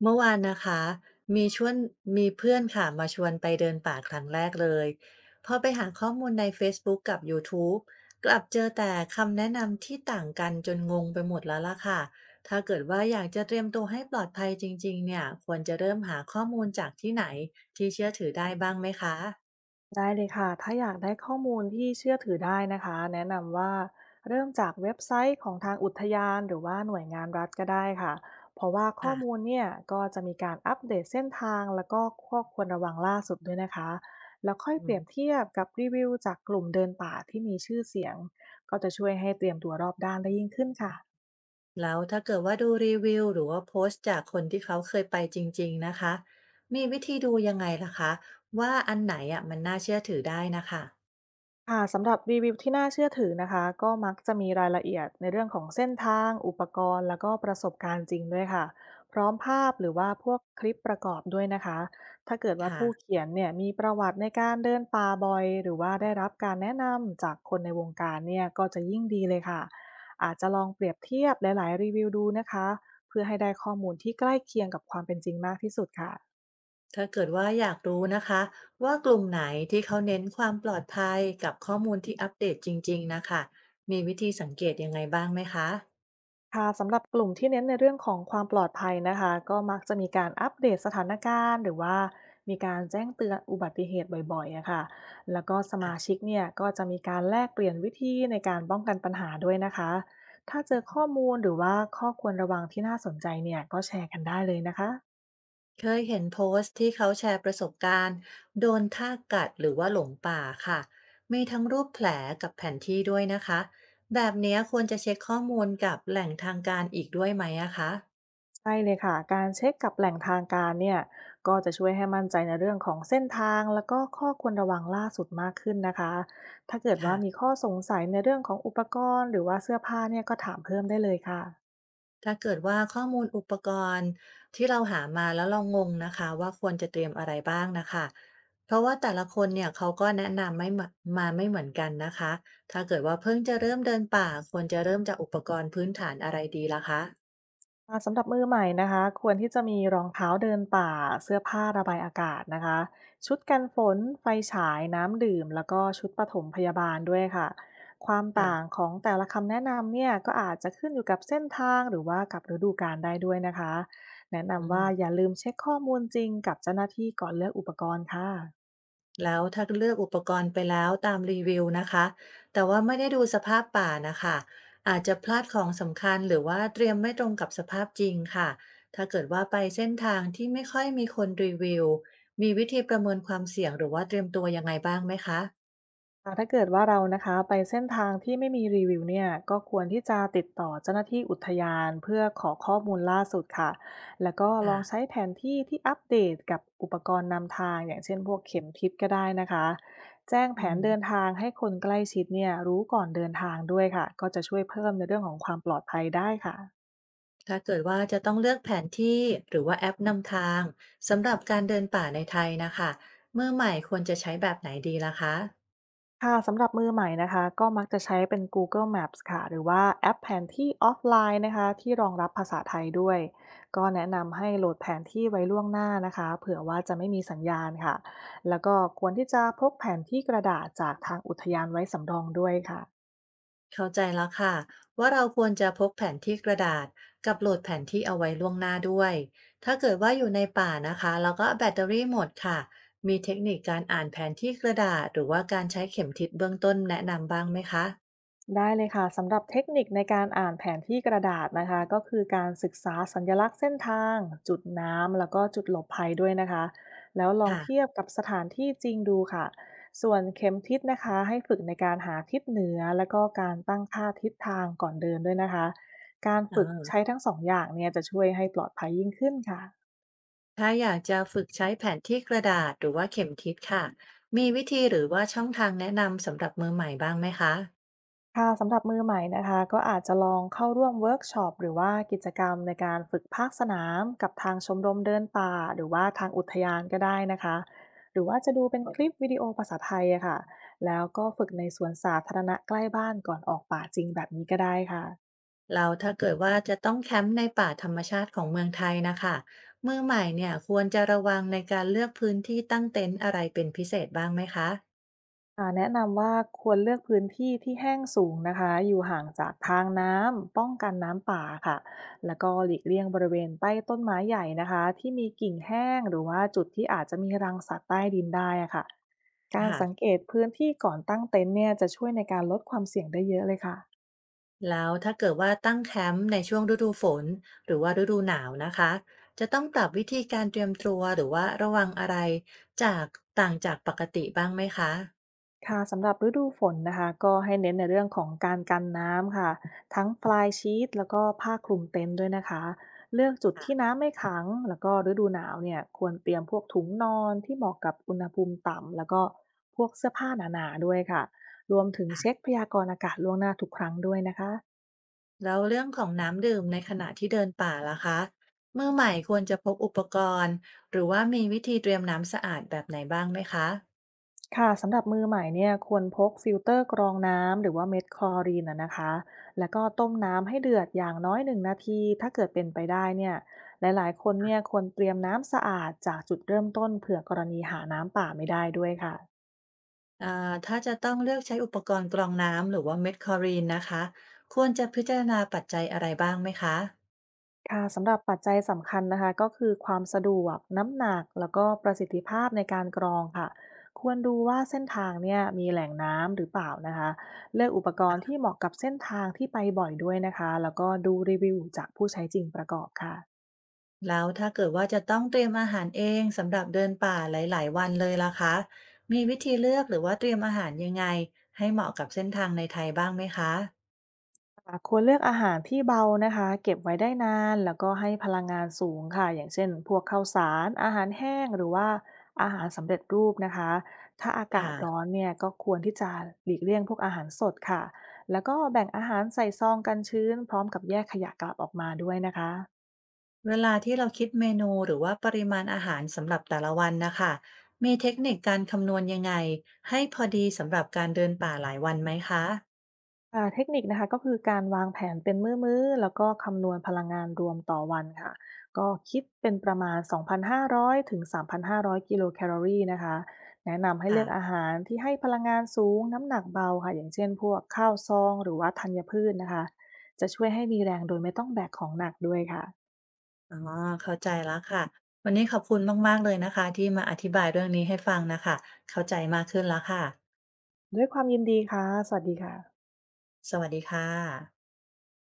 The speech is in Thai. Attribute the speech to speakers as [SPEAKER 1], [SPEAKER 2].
[SPEAKER 1] เมื่อวานนะคะมีชวนมีเพื่อนค่ะมาชวนไปเดินป่าครั้งแรกเลยพอไปหาข้อมูลใน Facebook กับ YouTube กลับเจอแต่คำแนะนำที่ต่างกันจนงงไปหมดแล้วล่ะค่ะถ้าเกิดว่าอยากจะเตรียมตัวให้ปลอดภัยจริงๆเนี่ยควรจะเริ่มหาข้อมูลจากที่ไหนที่เชื่อถือได้บ้างไหมคะ
[SPEAKER 2] ได้เลยค่ะ ถ้าอยากได้ข้อมูลที่เชื่อถือได้นะคะแนะนำว่าเริ่มจากเว็บไซต์ของทางอุทยานหรือว่าหน่วยงานรัฐก็ได้ค่ะเพราะว่าข้อมู
[SPEAKER 1] ค่ะ
[SPEAKER 2] ลเนี่ยก็จะมีการอัปเดตเส้นทางแล้วก็ข้อควรระวังล่าสุดด้วยนะคะแล้วค่อย
[SPEAKER 1] อื
[SPEAKER 2] เปรี
[SPEAKER 1] ม
[SPEAKER 2] ยบเทียบกับรีวิวจากกลุ่มเดินป่าที่มีชื่อเสียงก็จะช่วยให้เตรียมตัวรอบด้านได้ยิ่งขึ้นค่ะ
[SPEAKER 1] แล้วถ้าเกิดว่าดูรีวิวหรือว่าโพสต์จากคนที่เขาเคยไปจริงๆนะคะมีวิธีดูยังไงล่ะคะว่าอันไหนอะมันน่าเชื่อถือได้นะคะ
[SPEAKER 2] ค่ะสำหรับรีวิวที่น่าเชื่อถือนะคะก็มักจะมีรายละเอียดในเรื่องของเส้นทางอุปกรณ์แล้วก็ประสบการณ์จริงด้วยค่ะพร้อมภาพหรือว่าพวกคลิปประกอบด้วยนะคะถ้าเกิดว่าผู้
[SPEAKER 1] ค่ะ
[SPEAKER 2] เขียนเนี่ยมีประวัติในการเดินป่าบ่อยหรือว่าได้รับการแนะนำจากคนในวงการเนี่ยก็จะยิ่งดีเลยค่ะอาจจะลองเปรียบเทียบหลายๆรีวิวดูนะคะเพื่อให้ได้ข้อมูลที่ใกล้เคียงกับความเป็นจริงมากที่สุดค่ะ
[SPEAKER 1] ถ้าเกิดว่าอยากรู้นะคะว่ากลุ่มไหนที่เขาเน้นความปลอดภัยกับข้อมูลที่อัปเดตจริงๆนะคะมีวิธีสังเกตยังไงบ้างไหมคะ
[SPEAKER 2] ค่ะสำหรับกลุ่มที่เน้นในเรื่องของความปลอดภัยนะคะก็มักจะมีการอัปเดตสถานการณ์หรือว่ามีการแจ้งเตือนอุบัติเหตุบ่อยๆอะค่ะแล้วก็สมาชิกเนี่ยก็จะมีการแลกเปลี่ยนวิธีในการป้องกันปัญหาด้วยนะคะถ้าเจอข้อมูลหรือว่าข้อควรระวังที่น่าสนใจเนี่ยก็แชร์กันได้เลยนะคะ
[SPEAKER 1] เคยเห็นโพสต์ที่เขาแชร์ประสบการณ์โดนทากกัดหรือว่าหลงป่าค่ะมีทั้งรูปแผลกับแผนที่ด้วยนะคะแบบเนี้ยควรจะเช็คข้อมูลกับแหล่งทางการอีกด้วยไหมอะคะ
[SPEAKER 2] ใช่เลยค่ะการเช็คกับแหล่งทางการเนี่ยก็จะช่วยให้มั่นใจในเรื่องของเส้นทางแล้วก็ข้อควรระวังล่าสุดมากขึ้นนะคะถ้าเกิดว่า
[SPEAKER 1] ค่ะ
[SPEAKER 2] มีข้อสงสัยในเรื่องของอุปกรณ์หรือว่าเสื้อผ้าเนี่ยก็ถามเพิ่มได้เลยค่ะ
[SPEAKER 1] ถ้าเกิดว่าข้อมูลอุปกรณ์ที่เราหามาแล้วเรางงนะคะว่าควรจะเตรียมอะไรบ้างนะคะเพราะว่าแต่ละคนเนี่ยเขาก็แนะนำไม่มืมาไม่เหมือนกันนะคะถ้าเกิดว่าเพิ่งจะเริ่มเดินป่าควรจะเริ่มจากอุปกรณ์พื้นฐานอะไรดีล่ะคะ
[SPEAKER 2] สำหรับมือใหม่นะคะควรที่จะมีรองเท้าเดินป่าเสื้อผ้าระบายอากาศนะคะชุดกันฝนไฟฉายน้ำดื่มแล้วก็ชุดปฐมพยาบาลด้วยค่ะความต่าง
[SPEAKER 1] ค่ะ
[SPEAKER 2] ของแต่ละคำแนะนำเนี่ยก็อาจจะขึ้นอยู่กับเส้นทางหรือว่ากับฤดูกาลได้ด้วยนะคะแนะ
[SPEAKER 1] อื
[SPEAKER 2] นำว่าอ
[SPEAKER 1] ม
[SPEAKER 2] ย่าลืมเช็คข้อมูลจริงกับเจ้าหน้าที่ก่อนเลือกอุปกรณ์ค่ะ
[SPEAKER 1] แล้วถ้าเลือกอุปกรณ์ไปแล้วตามรีวิวนะคะแต่ว่าไม่ได้ดูสภาพป่านะคะอาจจะพลาดของสำคัญหรือว่าเตรียมไม่ตรงกับสภาพจริงค่ะถ้าเกิดว่าไปเส้นทางที่ไม่ค่อยมีคนรีวิวมีวิธีประเมินความเสี่ยงหรือว่าเตรียมตัวยังไงบ้างไหมคะ
[SPEAKER 2] ถ้าเกิดว่าเรานะคะไปเส้นทางที่ไม่มีรีวิวเนี่ยก็ควรที่จะติดต่อเจ้าหน้าที่อุทยานเพื่อขอข้อมูลล่าสุดค่ะแล้วก็ล
[SPEAKER 1] ค่ะ
[SPEAKER 2] องใช้แผนที่ที่อัปเดตกับอุปกรณ์นำทางอย่างเช่นพวกเข็มทิศก็ได้นะคะแจ้งแผ
[SPEAKER 1] อื
[SPEAKER 2] น
[SPEAKER 1] ม
[SPEAKER 2] เดินทางให้คนใกล้ชิดเนี่ยรู้ก่อนเดินทางด้วยค่ะก็จะช่วยเพิ่มในเรื่องของความปลอดภัยได้ค่ะ
[SPEAKER 1] ถ้าเกิดว่าจะต้องเลือกแผนที่หรือว่าแอปนำทางสำหรับการเดินป่าในไทยนะค่ะมือใหม่ควรจะใช้แบบไหนดีล่ะคะ
[SPEAKER 2] ค่ะสำหรับมือใหม่นะคะก็มักจะใช้เป็น Google Maps ค่ะหรือว่าแอปแผนที่ออฟไลน์นะคะที่รองรับภาษาไทยด้วยก็แนะนำให้โหลดแผนที่ไว้ล่วงหน้านะคะเผื่อว่าจะไม่มีสัญญาณค่ะแล้วก็ควรที่จะพกแผนที่กระดาษจากทางอุทยานไว้สำรองด้วยค่ะ
[SPEAKER 1] เข้าใจแล้วค่ะว่าเราควรจะพกแผนที่กระดาษกับโหลดแผนที่เอาไว้ล่วงหน้าด้วยถ้าเกิดว่าอยู่ในป่านะคะแล้วก็แบตเตอรี่หมดค่ะมีเทคนิคการอ่านแผนที่กระดาษหรือว่าการใช้เข็มทิศเบื้องต้นแนะนำบ้างไหมคะ
[SPEAKER 2] ได้เลยค่ะสำหรับเทคนิคในการอ่านแผนที่กระดาษนะคะก็คือการศึกษาสัญลักษณ์เส้นทางจุดน้ำแล้วก็จุดหลบภัยด้วยนะคะแล้วลองเทีย
[SPEAKER 1] ค่ะ
[SPEAKER 2] บกับสถานที่จริงดูค่ะส่วนเข็มทิศนะคะให้ฝึกในการหาทิศเหนือแล้วก็การตั้งค่าทิศทางก่อนเดินด้วยนะคะการ
[SPEAKER 1] เอ๋
[SPEAKER 2] ฝึก
[SPEAKER 1] อ
[SPEAKER 2] ใช้ทั้งสองอย่างเนี่ยจะช่วยให้ปลอดภัยยิ่งขึ้นค่ะ
[SPEAKER 1] ถ้าอยากจะฝึกใช้แผนที่กระดาษหรือว่าเข็มทิศค่ะมีวิธีหรือว่าช่องทางแนะนำสำหรับมือใหม่บ้างไหมคะ
[SPEAKER 2] ค่ะสำหรับมือใหม่นะคะก็อาจจะลองเข้าร่วมเวิร์กช็อปหรือว่ากิจกรรมในการฝึกภาคสนามกับทางชมรมเดินป่าหรือว่าทางอุทยานก็ได้นะคะหรือว่าจะดูเป็นคลิปวิดีโอภาษาไทยอะค่ะแล้วก็ฝึกในสวนสาธารณะใกล้บ้านก่อนออกป่าจริงแบบนี้ก็ได้ค่ะ
[SPEAKER 1] แล้วถ้าเกิดว่าจะต้องแคมป์ในป่าธรรมชาติของเมืองไทยนะคะมือใหม่เนี่ยควรจะระวังในการเลือกพื้นที่ตั้งเต็นท์อะไรเป็นพิเศษบ้างไหมคะ
[SPEAKER 2] แนะนำว่าควรเลือกพื้นที่ที่แห้งสูงนะคะอยู่ห่างจากทางน้ำป้องกันน้ำป่าค่ะแล้วก็หลีกเลี่ยงบริเวณใต้ต้นไม้ใหญ่นะคะที่มีกิ่งแห้งหรือว่าจุดที่อาจจะมีรังสัตว์ใต้ดินได้อะค่ะก้าง
[SPEAKER 1] ค่ะ
[SPEAKER 2] ้เยอะเลยค่ะ
[SPEAKER 1] แล้วถ้าเกิดว่าตั้งแคมป์ในช่วงฤดูฝนหรือว่าฤดูหนาวนะคะจะต้องปรับวิธีการเตรียมตัวหรือว่าระวังอะไรจากต่างจากปกติบ้างไหมคะ
[SPEAKER 2] ค่ะสำหรับฤดูฝนนะคะก็ให้เน้นในเรื่องของการกันน้ำค่ะทั้งฟลายชีตแล้วก็ผ้าคลุมเต็นท์ด้วยนะคะเลือกจุด
[SPEAKER 1] ค่
[SPEAKER 2] ที่น้ำไม่ขังแล้วก็ฤดูหนาวเนี่ยควรเตรียมพวกถุงนอนที่เหมาะกับอุณหภูมิต่ำแล้วก็พวกเสื้อผ้าหนาๆด้วยค่ะรวมถึง
[SPEAKER 1] ะ
[SPEAKER 2] เช็คพยากรณ์อากาศล่วงหน้าทุกครั้งด้วยนะคะ
[SPEAKER 1] แล้วเรื่องของน้ำดื่มในขณะที่เดินป่าล่ะคะมือใหม่ควรจะพกอุปกรณ์หรือว่ามีวิธีเตรียมน้ำสะอาดแบบไหนบ้างไหมคะ
[SPEAKER 2] ค่ะสำหรับมือใหม่เนี่ยควรพกฟิลเตอร์กรองน้ำหรือว่าเม็ดคลอรีนนะคะแล้วก็ต้มน้ำให้เดือดอย่างน้อย1 นาทีถ้าเกิดเป็นไปได้เนี่ยหลายๆคนเนี่ยควรเตรียมน้ำสะอาดจากจุดเริ่มต้นเผื่อกรณีหาน้ำป่าไม่ได้ด้วยค่ะ
[SPEAKER 1] อ่าถ้าจะต้องเลือกใช้อุปกรณ์กรองน้ำหรือว่าเม็ดคลอรีนนะคะควรจะพิจารณาปัจจัยอะไรบ้างไหมคะ
[SPEAKER 2] ค่ะสำหรับปัจจัยสำคัญนะคะก็คือความสะดวกน้ำหนักแล้วก็ประสิทธิภาพในการกรองค่ะควรดูว่าเส้นทางเนี่ยมีแหล่งน้ำหรือเปล่านะคะเลือกอุปกรณ์ที่เหมาะกับเส้นทางที่ไปบ่อยด้วยนะคะแล้วก็ดูรีวิวจากผู้ใช้จริงประกอบค่ะ
[SPEAKER 1] แล้วถ้าเกิดว่าจะต้องเตรียมอาหารเองสำหรับเดินป่าหลายๆวันเลยล่ะคะมีวิธีเลือกหรือว่าเตรียมอาหารยังไงให้เหมาะกับเส้นทางในไทยบ้างไหมคะ
[SPEAKER 2] ควรเลือกอาหารที่เบานะคะเก็บไว้ได้นานแล้วก็ให้พลังงานสูงค่ะอย่างเช่นพวกข้าวสารอาหารแห้งหรือว่าอาหารสำเร็จรูปนะคะถ้าอากาศ
[SPEAKER 1] ค่ะ
[SPEAKER 2] ร้อนเนี่ยก็ควรที่จะหลีกเลี่ยงพวกอาหารสดค่ะแล้วก็แบ่งอาหารใส่ซองกันชื้นพร้อมกับแยกขยะกลับออกมาด้วยนะคะ
[SPEAKER 1] เวลาที่เราคิดเมนูหรือว่าปริมาณอาหารสำหรับแต่ละวันนะคะมีเทคนิคการคำนวณยังไงให้พอดีสำหรับการเดินป่าหลายวันไหมคะ
[SPEAKER 2] เทคนิคนะคะก็คือการวางแผนเป็นมื้อๆแล้วก็คำนวณพลังงานรวมต่อวันค่ะก็คิดเป็นประมาณ2,500ถึง3,500กิโลแคลอรี่นะคะแนะนำให้เลื
[SPEAKER 1] ค่ะ
[SPEAKER 2] อกอาหารที่ให้พลังงานสูงน้ำหนักเบาค่ะอย่างเช่นพวกข้าวซองหรือว่าธัญพืชนะคะจะช่วยให้มีแรงโดยไม่ต้องแบกของหนักด้วยค่ะ
[SPEAKER 1] อ๋อเข้าใจแล้วค่ะวันนี้ขอบคุณมากๆเลยนะคะที่มาอธิบายเรื่องนี้ให้ฟังนะคะเข้าใจมากขึ้นแล้วค่ะ
[SPEAKER 2] ด้วยความยินดีค่ะสวัสดีค่ะ
[SPEAKER 1] สวัสดีค่ะ